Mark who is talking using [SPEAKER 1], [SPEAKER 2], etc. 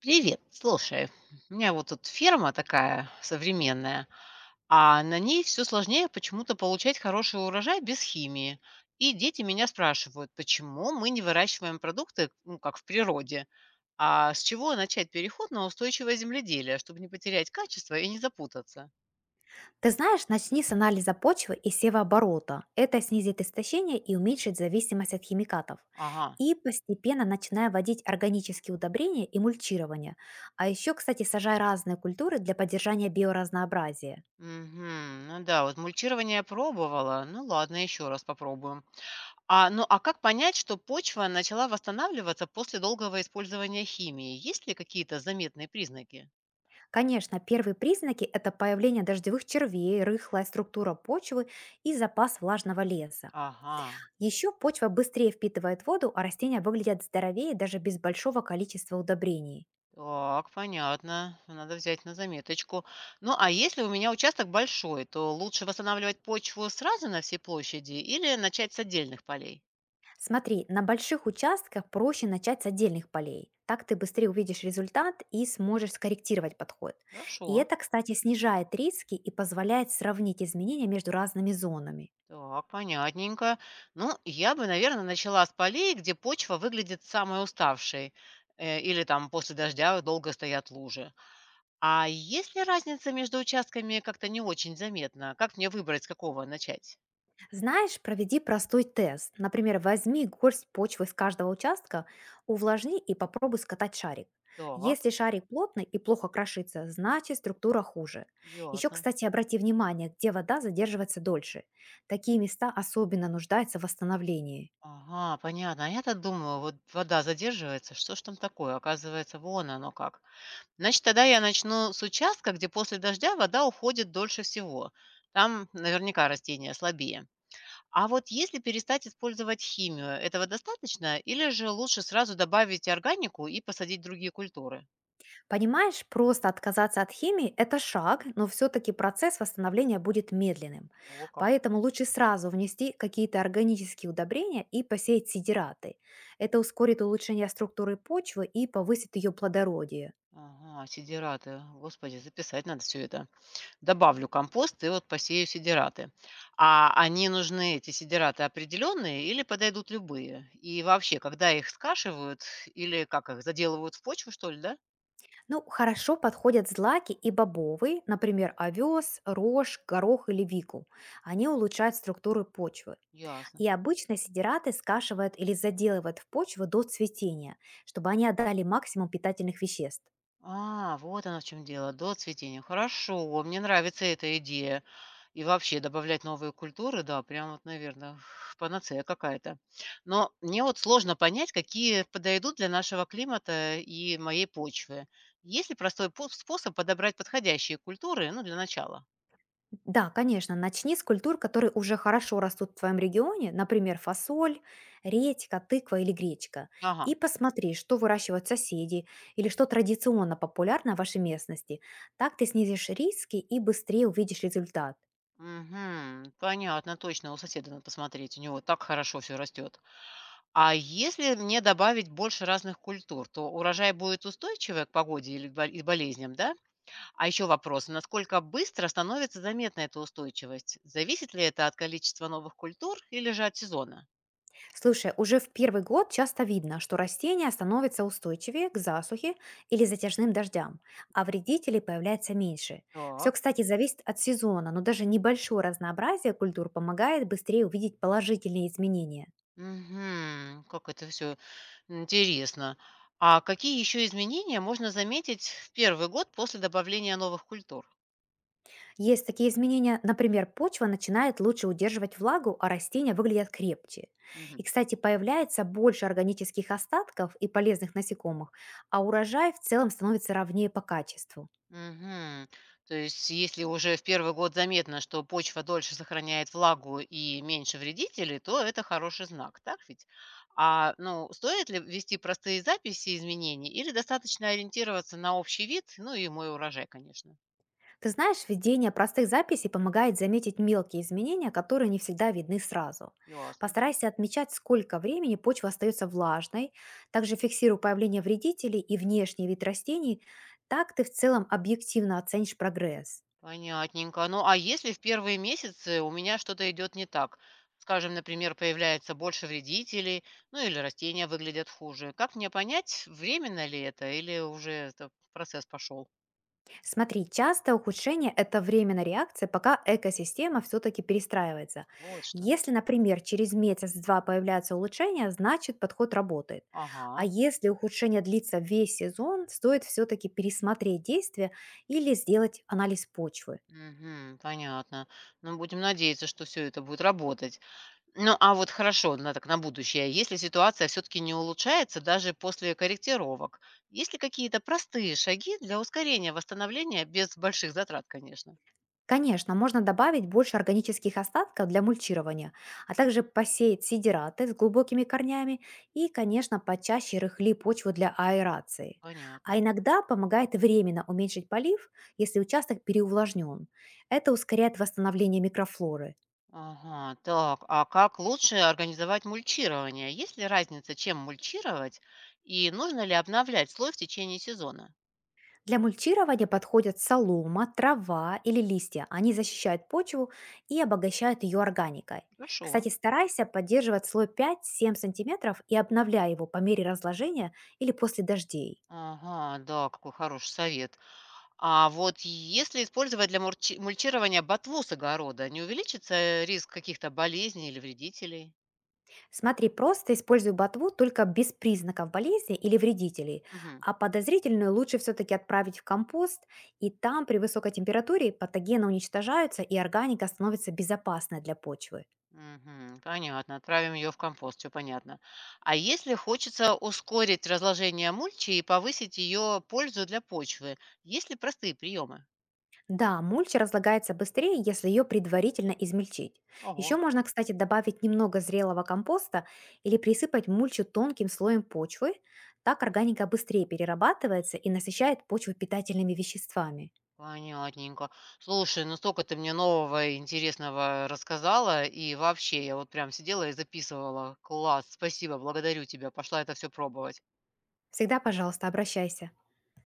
[SPEAKER 1] Привет, слушай, у меня вот тут ферма такая современная, а на ней все сложнее почему-то получать хороший урожай без химии. И дети меня спрашивают, почему мы не выращиваем продукты, ну, как в природе, а с чего начать переход на устойчивое земледелие, чтобы не потерять качество и не запутаться?
[SPEAKER 2] Ты знаешь, начни с анализа почвы и севооборота. Это снизит истощение и уменьшит зависимость от химикатов.
[SPEAKER 1] Ага.
[SPEAKER 2] И постепенно начинай вводить органические удобрения и мульчирование. А еще, кстати, сажай разные культуры для поддержания биоразнообразия.
[SPEAKER 1] Мгм. Ну да, вот мульчирование я пробовала, ну ладно, еще раз попробуем. А, ну, а как понять, что почва начала восстанавливаться после долгого использования химии? Есть ли какие-то заметные признаки?
[SPEAKER 2] Конечно, первые признаки– это появление дождевых червей, рыхлая структура почвы и запас влажного леса.
[SPEAKER 1] Ага,
[SPEAKER 2] Еще почва быстрее впитывает воду, а растения выглядят здоровее даже без большого количества удобрений.
[SPEAKER 1] так, понятно. Надо взять на заметочку. Ну, а если у меня участок большой, то лучше восстанавливать почву сразу на всей площади или начать с отдельных полей?
[SPEAKER 2] Смотри, на больших участках проще начать с отдельных полей. Так ты быстрее увидишь результат и сможешь скорректировать подход. И
[SPEAKER 1] Хорошо.
[SPEAKER 2] это, кстати, снижает риски и позволяет сравнить изменения между разными зонами.
[SPEAKER 1] Так, понятненько. Ну, я бы, наверное, начала с полей, где почва выглядит самой уставшей, или там после дождя долго стоят лужи. А есть ли разница между участками как-то не очень заметна? Как мне выбрать, с какого начать?
[SPEAKER 2] Знаешь, проведи простой тест. Например, возьми горсть почвы с каждого участка, увлажни и попробуй скатать шарик.
[SPEAKER 1] Так,
[SPEAKER 2] Если шарик плотный и плохо крошится, значит структура хуже. Еще,
[SPEAKER 1] ясно.
[SPEAKER 2] кстати, обрати внимание, где вода задерживается дольше. Такие места особенно нуждаются в восстановлении.
[SPEAKER 1] Ага, понятно. А я-то думаю, вот вода задерживается, что ж там такое? Оказывается, вон оно как. Значит, тогда я начну с участка, где после дождя вода уходит дольше всего. Там наверняка растения слабее. А вот если перестать использовать химию, этого достаточно? Или же лучше сразу добавить органику и посадить другие культуры?
[SPEAKER 2] Понимаешь, просто отказаться от химии– это шаг, но все-таки процесс восстановления будет медленным.
[SPEAKER 1] О, как.
[SPEAKER 2] Поэтому лучше сразу внести какие-то органические удобрения и посеять сидираты. Это ускорит улучшение структуры почвы и повысит ее плодородие.
[SPEAKER 1] Ага, сидираты. Господи, записать надо все это. Добавлю компост и вот посею сидираты. А они нужны, эти сидираты, определенные или подойдут любые? И вообще, когда их скашивают или как их, заделывают в почву, что ли, да?
[SPEAKER 2] Ну, хорошо подходят злаки и бобовые, например, овес, рожь, горох или вику. Они улучшают структуру почвы.
[SPEAKER 1] Ясно.
[SPEAKER 2] И обычно сидираты скашивают или заделывают в почву до цветения, чтобы они отдали максимум питательных веществ.
[SPEAKER 1] А, вот оно в чем дело, до цветения. Хорошо, мне нравится эта идея. И вообще добавлять новые культуры, да, прям вот, наверное, панацея какая-то. Но мне вот сложно понять, какие подойдут для нашего климата и моей почвы. Есть ли простой способ подобрать подходящие культуры, ну, для начала?
[SPEAKER 2] Да, конечно, начни с культур, которые уже хорошо растут в твоем регионе, например, фасоль, редька, тыква или гречка,
[SPEAKER 1] Ага.
[SPEAKER 2] и посмотри, что выращивают соседи или что традиционно популярно в вашей местности. Так ты снизишь риски и быстрее увидишь результат.
[SPEAKER 1] Угу, понятно, точно, у соседа надо посмотреть, у него так хорошо все растет. А если мне добавить больше разных культур, то урожай будет устойчивый к погоде или и болезням, да? А еще вопрос, насколько быстро становится заметна эта устойчивость? Зависит ли это от количества новых культур или же от сезона?
[SPEAKER 2] Слушай, уже в первый год часто видно, что растения становятся устойчивее к засухе или затяжным дождям, а вредителей появляется меньше. Все,
[SPEAKER 1] Так.
[SPEAKER 2] кстати, зависит от сезона, но даже небольшое разнообразие культур помогает быстрее увидеть положительные изменения.
[SPEAKER 1] Угу, как это все интересно. А какие еще изменения можно заметить в первый год после добавления новых культур?
[SPEAKER 2] Есть такие изменения, например, почва начинает лучше удерживать влагу, а растения выглядят крепче. И,
[SPEAKER 1] Мгм.
[SPEAKER 2] кстати, появляется больше органических остатков и полезных насекомых, а урожай в целом становится ровнее по качеству.
[SPEAKER 1] Мгм. То есть, если уже в первый год заметно, что почва дольше сохраняет влагу и меньше вредителей, то это хороший знак, так ведь? А, ну, стоит ли вести простые записи изменений или достаточно ориентироваться на общий вид, ну и мой урожай, конечно?
[SPEAKER 2] Ты знаешь, ведение простых записей помогает заметить мелкие изменения, которые не всегда видны сразу.
[SPEAKER 1] Ясно.
[SPEAKER 2] Постарайся отмечать, сколько времени почва остается влажной, также фиксируй появление вредителей и внешний вид растений, так ты в целом объективно оценишь прогресс.
[SPEAKER 1] Понятненько. Ну, а если в первые месяцы у меня что-то идет не так? Скажем, например, появляется больше вредителей, ну или растения выглядят хуже. Как мне понять, временно ли это или уже это процесс пошел?
[SPEAKER 2] Смотри, частое ухудшение– это временная реакция, пока экосистема все-таки перестраивается.
[SPEAKER 1] Вот что.
[SPEAKER 2] Если, например, через месяц-два появляются улучшения, значит подход работает. А
[SPEAKER 1] Ага.
[SPEAKER 2] если ухудшение длится весь сезон, стоит все-таки пересмотреть действия или сделать анализ почвы.
[SPEAKER 1] Мгм. Понятно. Ну, будем надеяться, что все это будет работать. Ну, а вот хорошо, на так на будущее. Если ситуация все таки не улучшается даже после корректировок, есть ли какие-то простые шаги для ускорения восстановления без больших затрат, конечно?
[SPEAKER 2] Конечно, можно добавить больше органических остатков для мульчирования, а также посеять сидираты с глубокими корнями и, конечно, почаще рыхли почву для аэрации. А
[SPEAKER 1] Понятно.
[SPEAKER 2] иногда помогает временно уменьшить полив, если участок переувлажнен. Это ускоряет восстановление микрофлоры.
[SPEAKER 1] Ага, так, а как лучше организовать мульчирование? Есть ли разница, чем мульчировать, и нужно ли обновлять слой в течение сезона?
[SPEAKER 2] Для мульчирования подходят солома, трава или листья. Они защищают почву и обогащают ее органикой.
[SPEAKER 1] Хорошо.
[SPEAKER 2] Кстати, старайся поддерживать слой 5-7 сантиметров и обновляй его по мере разложения или после дождей.
[SPEAKER 1] Ага, да, какой хороший совет. А вот если использовать для мульчирования ботву с огорода, не увеличится риск каких-то болезней или вредителей?
[SPEAKER 2] Смотри, просто используй ботву только без признаков болезни или вредителей,
[SPEAKER 1] Мгм.
[SPEAKER 2] а подозрительную лучше все-таки отправить в компост, и там при высокой температуре патогены уничтожаются и органика становится безопасной для почвы.
[SPEAKER 1] Мгм. Понятно, отправим ее в компост, все понятно. А если хочется ускорить разложение мульчи и повысить ее пользу для почвы, есть ли простые приемы?
[SPEAKER 2] Да, мульча разлагается быстрее, если ее предварительно измельчить. Еще
[SPEAKER 1] Ого,
[SPEAKER 2] можно, кстати, добавить немного зрелого компоста или присыпать мульчу тонким слоем почвы. Так органика быстрее перерабатывается и насыщает почву питательными веществами.
[SPEAKER 1] понятненько. Слушай, ну столько ты мне нового и интересного рассказала, и вообще я вот прям сидела и записывала. Класс, спасибо, благодарю тебя, пошла это все пробовать.
[SPEAKER 2] Всегда, пожалуйста, обращайся.